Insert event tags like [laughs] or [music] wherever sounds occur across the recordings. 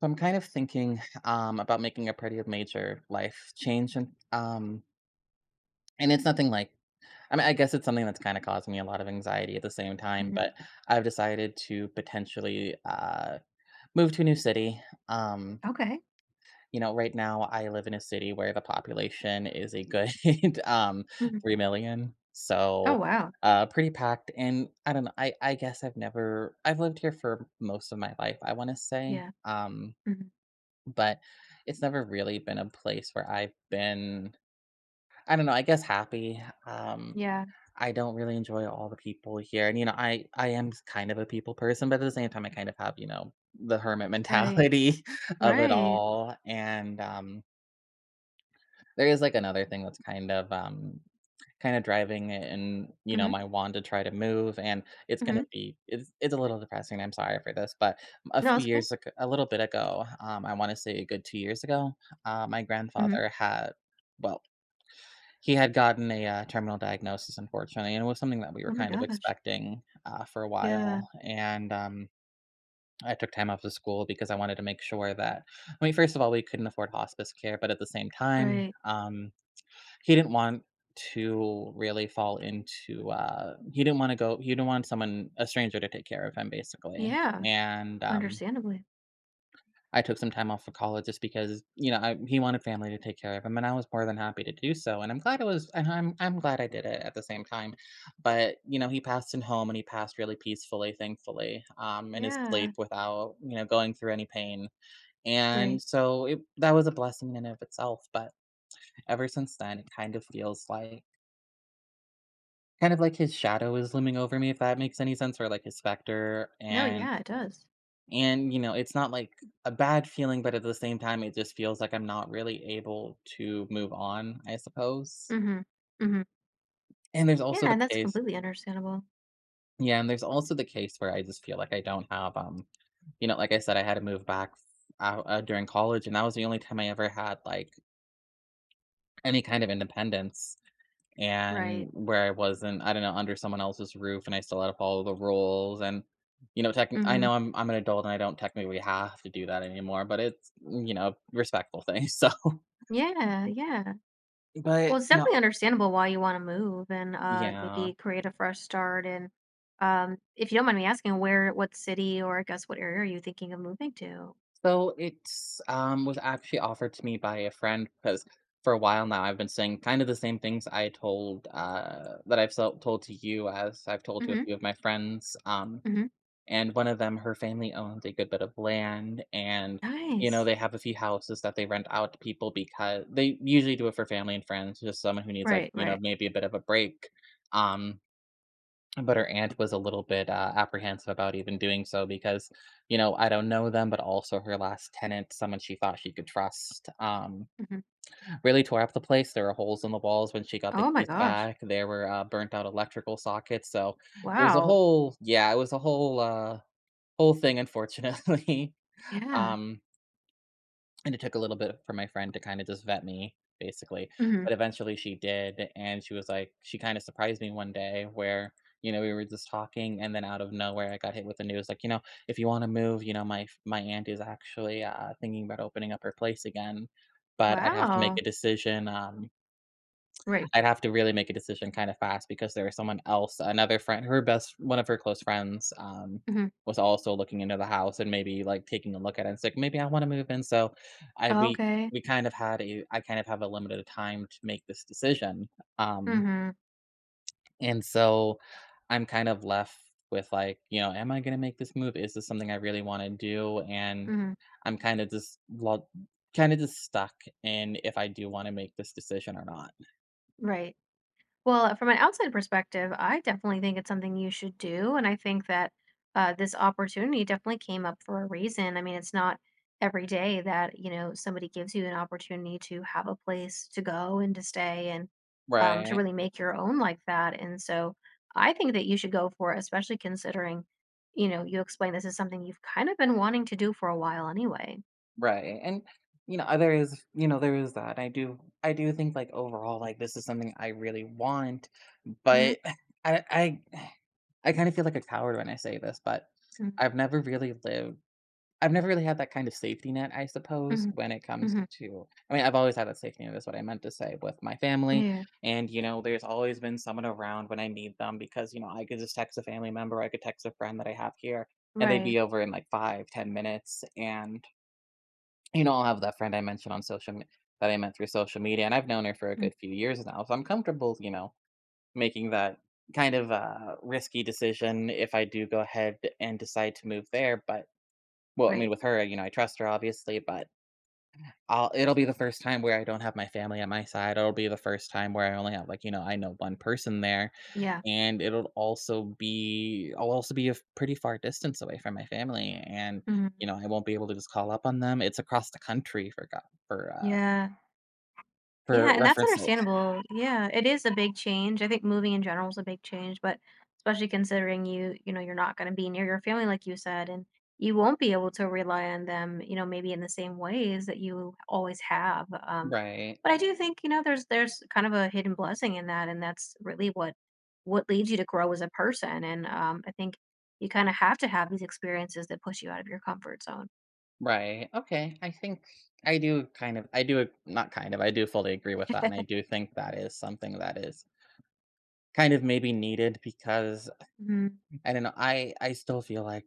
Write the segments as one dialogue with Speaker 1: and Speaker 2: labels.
Speaker 1: So I'm kind of thinking, about making a pretty major life change, and it's nothing like, I mean, I guess it's something that's kind of causing me a lot of anxiety at the same time.
Speaker 2: Mhm.
Speaker 1: But I've decided to potentially move to a new city. Um,
Speaker 2: Okay.
Speaker 1: right now I live in a city where the population is a good [laughs] um,
Speaker 2: Mhm.
Speaker 1: 3 million,
Speaker 2: Oh,
Speaker 1: so
Speaker 2: wow.
Speaker 1: pretty packed. And I don't know. I guess I've never I've lived here for most of my life, I want to say.
Speaker 2: Yeah. Mhm.
Speaker 1: But it's never really been a place where I've been, I don't know, I guess, happy.
Speaker 2: Yeah.
Speaker 1: I don't really enjoy all the people here. And, I am kind of a people person, but at the same time, I kind of have, the hermit
Speaker 2: Right.
Speaker 1: mentality [laughs] of it
Speaker 2: Right.
Speaker 1: all. And there is, like, another thing that's kind of, kinda driving it, and,
Speaker 2: Mhm.
Speaker 1: my wand to try to move, and it's gonna
Speaker 2: Mhm.
Speaker 1: be, it's a little depressing, I'm sorry for this, but a
Speaker 2: No,
Speaker 1: few
Speaker 2: it's okay.
Speaker 1: years ag a little bit ago, I wanna say a good 2 years ago, my
Speaker 2: Mhm.
Speaker 1: grandfather had, well, he had gotten a, terminal diagnosis, unfortunately, and it was something that we
Speaker 2: Oh
Speaker 1: were
Speaker 2: my
Speaker 1: kind of
Speaker 2: gosh.
Speaker 1: expecting, for a
Speaker 2: Yeah.
Speaker 1: while, and, I took time off of school because I wanted to make sure that, I mean, first of all, we couldn't afford hospice care, but at the same time,
Speaker 2: Right.
Speaker 1: he didn't want to really fall into, he didn't wanna go, he didn't want someone, a stranger, to take care of him, basically,
Speaker 2: Yeah.
Speaker 1: and,
Speaker 2: Understandably.
Speaker 1: I took some time off for college just because, I he wanted family to take care of him, and I was more than happy to do so, and I'm glad it was and I'm glad I did it at the same time, but, he passed in home, and he passed really peacefully, thankfully, in his
Speaker 2: Yeah.
Speaker 1: sleep without, going through any pain, and
Speaker 2: Right.
Speaker 1: so, it that was a blessing in and of itself, but ever since then, it kind of feels like, his shadow is looming over me, if that makes any sense, or like his specter.
Speaker 2: No,
Speaker 1: and
Speaker 2: yeah, it does.
Speaker 1: and, you know, it's not like a bad feeling, but at the same time, it just feels like I'm not really able to move on, I suppose.
Speaker 2: Mhm. Mhm.
Speaker 1: And there's also
Speaker 2: Yeah,
Speaker 1: the
Speaker 2: and that's
Speaker 1: case
Speaker 2: completely understandable.
Speaker 1: Yeah, and there's also the case where I just feel like I don't have, like I said, I had to move back out, during college, and that was the only time I ever had, like, any kind of independence,
Speaker 2: Right.
Speaker 1: and where I wasn't, I don't know, under someone else's roof, and I still had to follow the rules, and, you know, techni I
Speaker 2: Mhm.
Speaker 1: know I'm an adult and I don't technically have to do that anymore, but it's, respectful thing. [laughs] So,
Speaker 2: Yeah. Yeah. Well,
Speaker 1: but,
Speaker 2: it's definitely understandable why you want to move and
Speaker 1: yeah.
Speaker 2: maybe create a fresh start, and if you don't mind me asking, where what city, or I guess what area, are you thinking of moving to?
Speaker 1: So it's was actually offered to me by a friend because for a while now I've been saying kind of the same things I told that I've told to you, as I've told to a
Speaker 2: Mhm,
Speaker 1: few of my friends.
Speaker 2: mhm.
Speaker 1: And one of them, her family owns a good bit of land, and,
Speaker 2: Nice.
Speaker 1: they have a few houses that they rent out to people because they usually do it for family and friends, just someone who needs, like,
Speaker 2: Right, right.
Speaker 1: maybe a bit of a break. Um, but her aunt was a little bit apprehensive about even doing so because, I don't know them, but also her last tenant, someone she thought she could trust,
Speaker 2: Mhm.
Speaker 1: really tore up the place. There were holes in the walls when she got the
Speaker 2: Oh my
Speaker 1: keys
Speaker 2: gosh.
Speaker 1: back. There were burnt out electrical sockets. So it was a
Speaker 2: Wow.
Speaker 1: whole, yeah, it was a whole whole thing, unfortunately. [laughs]
Speaker 2: Yeah.
Speaker 1: Um, and it took a little bit for my friend to kinda just vet me, basically,
Speaker 2: Mhm.
Speaker 1: but eventually she did, and she was like she kinda surprised me one day where, we were just talking, and then out of nowhere, I got hit with the news, like, "You know, if you wanna move, you know, my aunt is actually, thinking about opening up her place again, but I'd have to make
Speaker 2: Wow.
Speaker 1: a decision,
Speaker 2: Right.
Speaker 1: I'd have to really make a decision kinda fast, because there was someone else, another friend her best one of her close friends,
Speaker 2: Mhm.
Speaker 1: was also looking into the house and maybe, like, taking a look at it, and it's like, 'Maybe I wanna move in,' so I we
Speaker 2: Okay.
Speaker 1: I kind of have a limited time to make this decision, um
Speaker 2: Mhm,
Speaker 1: and so I'm kind of left with, like, am I going to make this move? Is this something I really want to do? And
Speaker 2: mhm.
Speaker 1: I'm kind of just, kind of just stuck in if I do want to make this decision or not.
Speaker 2: Right. Well, from an outside perspective, I definitely think it's something you should do, and I think that this opportunity definitely came up for a reason. I mean, it's not every day that, you know, somebody gives you an opportunity to have a place to go and to stay, and to
Speaker 1: Right.
Speaker 2: really make your own like that. And so I think that you should go for it, especially considering, you know, you explain this is something you've kind of been wanting to do for a while anyway.
Speaker 1: Right, and, there is, there is that. I do think, like, overall, like, this is something I really want,
Speaker 2: Mm-hmm.
Speaker 1: but [laughs] [sighs] I I I kinda feel like a coward when I say this, but I've never really lived I've never really had that kind of safety net, I suppose, when it comes
Speaker 2: Mm-hmm.
Speaker 1: to, I mean, I've always had that safety net, is what I meant to say, with my family,
Speaker 2: Yeah.
Speaker 1: and, there's always been someone around when I need them, because, I could just text a family member, I could text a friend that I have here, and they'd
Speaker 2: Right.
Speaker 1: be over in, like, 5, 10 minutes, and, I'll have that friend I mentioned on social me that I met through social media, and I've known her for a
Speaker 2: Mm,
Speaker 1: good few years now, so I'm comfortable, making that kind of, risky decision if I do go ahead and decide to move there, but, well, I mean,
Speaker 2: right.
Speaker 1: with her, I trust her, obviously, but I'll it'll be the first time where I don't have my family at my side. It'll be the first time where I only have, like, I know one person there,
Speaker 2: Yeah.
Speaker 1: and it'll also be I'll also be a f pretty far distance away from my family, and,
Speaker 2: Hmm,
Speaker 1: I won't be able to just call up on them. It's across the country, for, uh,
Speaker 2: yeah. Yeah,
Speaker 1: for
Speaker 2: and that's
Speaker 1: reference sake.
Speaker 2: understandable. Yeah, it is a big change. I think moving in general is a big change, but especially considering you're not going to be near your family, like you said, and you won't be able to rely on them, you know, maybe in the same ways that you always have.
Speaker 1: Right,
Speaker 2: But I do think, you know, there's kind of a hidden blessing in that, and that's really what leads you to grow as a person. And I think you kind of have to have these experiences that push you out of your comfort zone.
Speaker 1: right, okay, I think I do ag not kind of, I do fully agree with that, and I do think that is something that is kind of maybe needed, because
Speaker 2: Hmm,
Speaker 1: I don't know, I still feel like,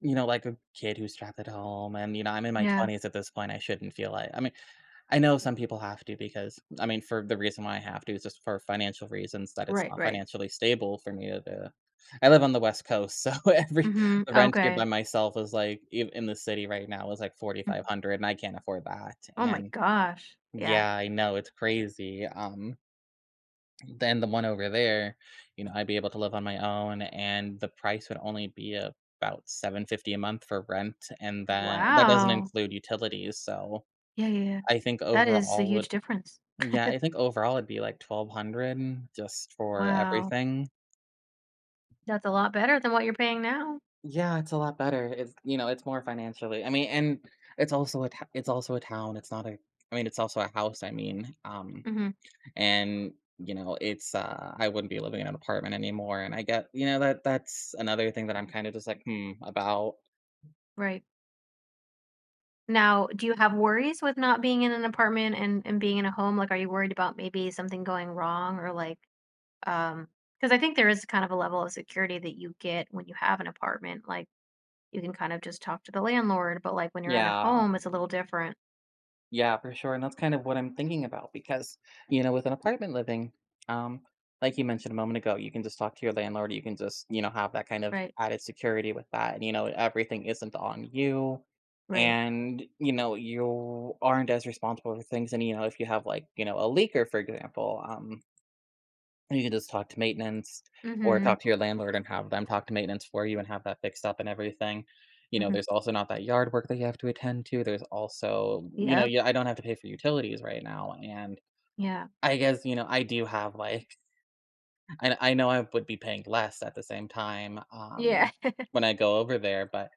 Speaker 1: you know, like a kid who's trapped at home, and, I'm in my
Speaker 2: yeah.
Speaker 1: 20s at this point, I shouldn't feel like, I mean, I know some people have to, because, I mean, for the reason why I have to is just for financial reasons, that it's
Speaker 2: Right.
Speaker 1: not
Speaker 2: Right.
Speaker 1: financially stable for me to. I live on the West Coast, so [laughs] every
Speaker 2: Hmm,
Speaker 1: the rent here
Speaker 2: okay.
Speaker 1: by myself is like, in the city right now, is like 4,500, and I can't afford that,
Speaker 2: Oh my
Speaker 1: and,
Speaker 2: gosh. Yeah.
Speaker 1: yeah, I know, it's crazy, then the one over there, I'd be able to live on my own, and the price would only be about 750 a month for rent, and that doesn't
Speaker 2: Wow.
Speaker 1: include utilities, so
Speaker 2: Yeah, yeah, yeah.
Speaker 1: I think
Speaker 2: That is a
Speaker 1: overall
Speaker 2: huge
Speaker 1: would
Speaker 2: difference.
Speaker 1: yeah, I think overall it'd be like 1,200 just for
Speaker 2: Wow.
Speaker 1: everything.
Speaker 2: That's a lot better than what you're paying now.
Speaker 1: Yeah, it's a lot better. It's more financially, I mean, and it's also a t it's also a town, it's not a, I mean, it's also a house, I mean,
Speaker 2: Hmm,
Speaker 1: and it's I wouldn't be living in an apartment anymore, and I get, that that's another thing that I'm kind of just, like, hmm about.
Speaker 2: right. Now, do you have worries with not being in an apartment, and being in a home? Like, are you worried about maybe something going wrong, or like, um, because I think there is kind of a level of security that you get when you have an apartment. Like, you can kind of just talk to the landlord, but like when you're in a
Speaker 1: Yeah,
Speaker 2: home, it's a little different.
Speaker 1: yeah, for sure, and that's kind of what I'm thinking about, because, with an apartment living, um like you mentioned a moment ago, you can just talk to your landlord, you can just, have that kind of
Speaker 2: Right.
Speaker 1: added security with that, and everything isn't on you,
Speaker 2: Right.
Speaker 1: and you aren't as responsible for things, and if you have, like, a leaker, for example, you can just talk to maintenance or
Speaker 2: Mm-hmm.
Speaker 1: talk to your landlord and have them talk to maintenance for you and have that fixed up and everything.
Speaker 2: Hmm,
Speaker 1: There's also not that yard work that you have to attend to. There's also,
Speaker 2: yep.
Speaker 1: yeah, I don't have to pay for utilities right now. And
Speaker 2: Yeah.
Speaker 1: I guess, I do have, like, [laughs] I know I would be paying less at the same time,
Speaker 2: Yeah.
Speaker 1: when I go over there, but,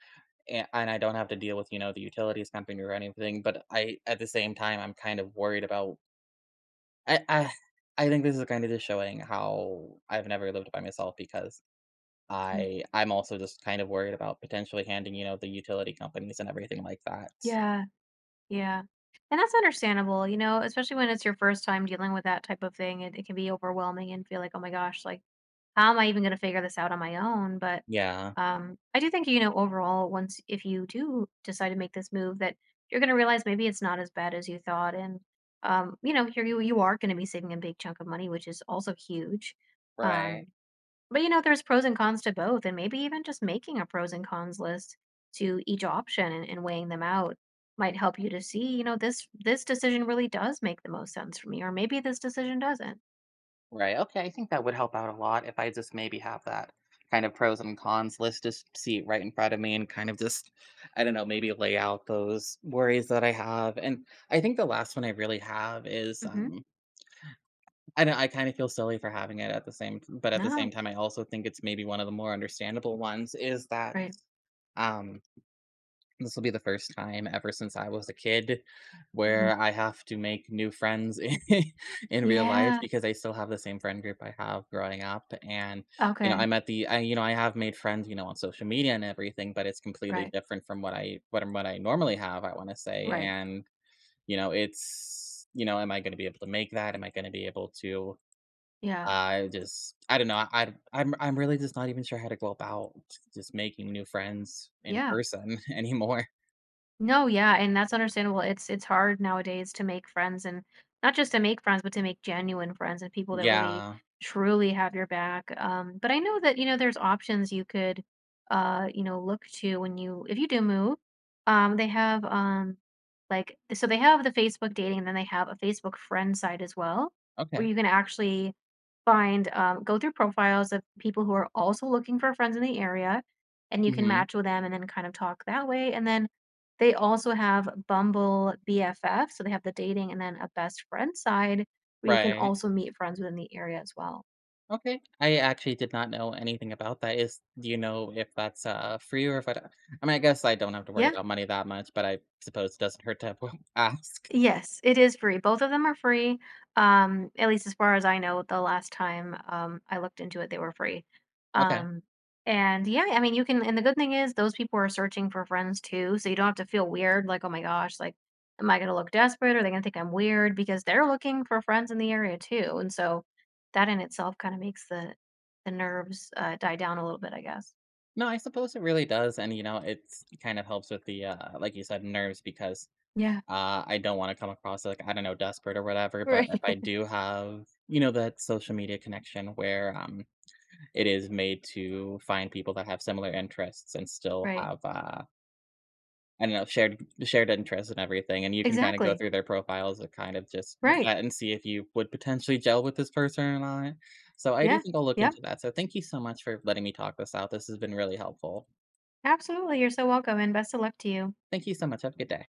Speaker 1: and I don't have to deal with, the utilities company or anything. But, at the same time, I'm kind of worried about. I, I, I think this is kind of just showing how I've never lived by myself, because
Speaker 2: [laughs] Mhm.
Speaker 1: I'm also just kind of worried about potentially handing, the utility companies and everything like that.
Speaker 2: Yeah, yeah. And that's understandable, you know, especially when it's your first time dealing with that type of thing. It can be overwhelming and feel like, oh my gosh, like, how am I even going to figure this out on my own? But
Speaker 1: Yeah.
Speaker 2: I do think, you know, overall, once if you do decide to make this move, that you're going to realize maybe it's not as bad as you thought. And, you know, you are going to be saving a big chunk of money, which is also huge.
Speaker 1: Right.
Speaker 2: Um, but, you know, there's pros and cons to both, and maybe even just making a pros and cons list to each option, and weighing them out might help you to see, you know, this decision really does make the most sense for me, or maybe this decision doesn't.
Speaker 1: Right. Okay, I think that would help out a lot if I just maybe have that kind of pros and cons list, just see it right in front of me and kind of just, I don't know, maybe lay out those worries that I have. And I think the last one I really have is,
Speaker 2: Mm-hmm.
Speaker 1: I don't I kind of feel silly for having it at the same, but at the same
Speaker 2: No.
Speaker 1: time I also think it's maybe one of the more understandable ones, is that,
Speaker 2: Right.
Speaker 1: um this will be the first time ever since I was a kid
Speaker 2: Hmm,
Speaker 1: where I have to make new friends [laughs] in real life,
Speaker 2: yeah.
Speaker 1: because I still have the same friend group I have growing up. And,
Speaker 2: Okay.
Speaker 1: I'm at the I have made friends, on social media and everything, but it's completely
Speaker 2: Right.
Speaker 1: different from what I normally have, I want to say.
Speaker 2: Right.
Speaker 1: And, it's, am I going to be able to make that? Am I going to be able to
Speaker 2: Yeah.
Speaker 1: I don't know. I'm really just not even sure how to go about just making new friends in
Speaker 2: Yeah.
Speaker 1: person [laughs] anymore.
Speaker 2: No, yeah, and that's understandable. It's hard nowadays to make friends, and not just to make friends, but to make genuine friends and people that really
Speaker 1: Yeah.
Speaker 2: truly have your back. But I know that, you know, there's options you could look to when you if you do move. They have they have the Facebook dating, and then they have a Facebook friend site as well, where
Speaker 1: Okay.
Speaker 2: you can actually find go through profiles of people who are also looking for friends in the area, and you can
Speaker 1: Mhm.
Speaker 2: match with them and then kind of talk that way. And then they also have Bumble BFF, so they have the dating and then a best friend side, where you can
Speaker 1: Right.
Speaker 2: also meet friends within the area as well.
Speaker 1: Okay. I actually did not know anything about that. Is Do you know if that's free, or if I mean, I guess I don't have to worry
Speaker 2: Yeah.
Speaker 1: about money that much, but I suppose it doesn't hurt to [laughs] ask.
Speaker 2: Yes, it is free. Both of them are free. At least as far as I know, the last time I looked into it, they were free.
Speaker 1: Okay.
Speaker 2: Um, and yeah, I mean, you can. And the good thing is, those people are searching for friends too, so you don't have to feel weird. Like, oh my gosh, like, am I gonna look desperate? Are they gonna think I'm weird? Because they're looking for friends in the area too, and so that in itself kind of makes the nerves die down a little bit, I guess.
Speaker 1: No, I suppose it really does, and, it's, it kind of helps with the, like you said, nerves, because
Speaker 2: Yeah. [laughs]
Speaker 1: I don't want to come across, like, I don't know, desperate or whatever. But
Speaker 2: Right.
Speaker 1: if I do have, that social media connection where it is made to find people that have similar interests and still
Speaker 2: Right.
Speaker 1: have, I don't know, shared interests and everything, and you can kinda go
Speaker 2: Exactly.
Speaker 1: through their profiles and kind of just
Speaker 2: Right.
Speaker 1: vet and see if you would potentially gel with this person or not. So I do
Speaker 2: Yeah.
Speaker 1: think I'll look
Speaker 2: Yeah.
Speaker 1: into that. So thank you so much for letting me talk this out. This has been really helpful.
Speaker 2: Absolutely. You're so welcome, and best of luck to you.
Speaker 1: Thank you so much. Have a good day.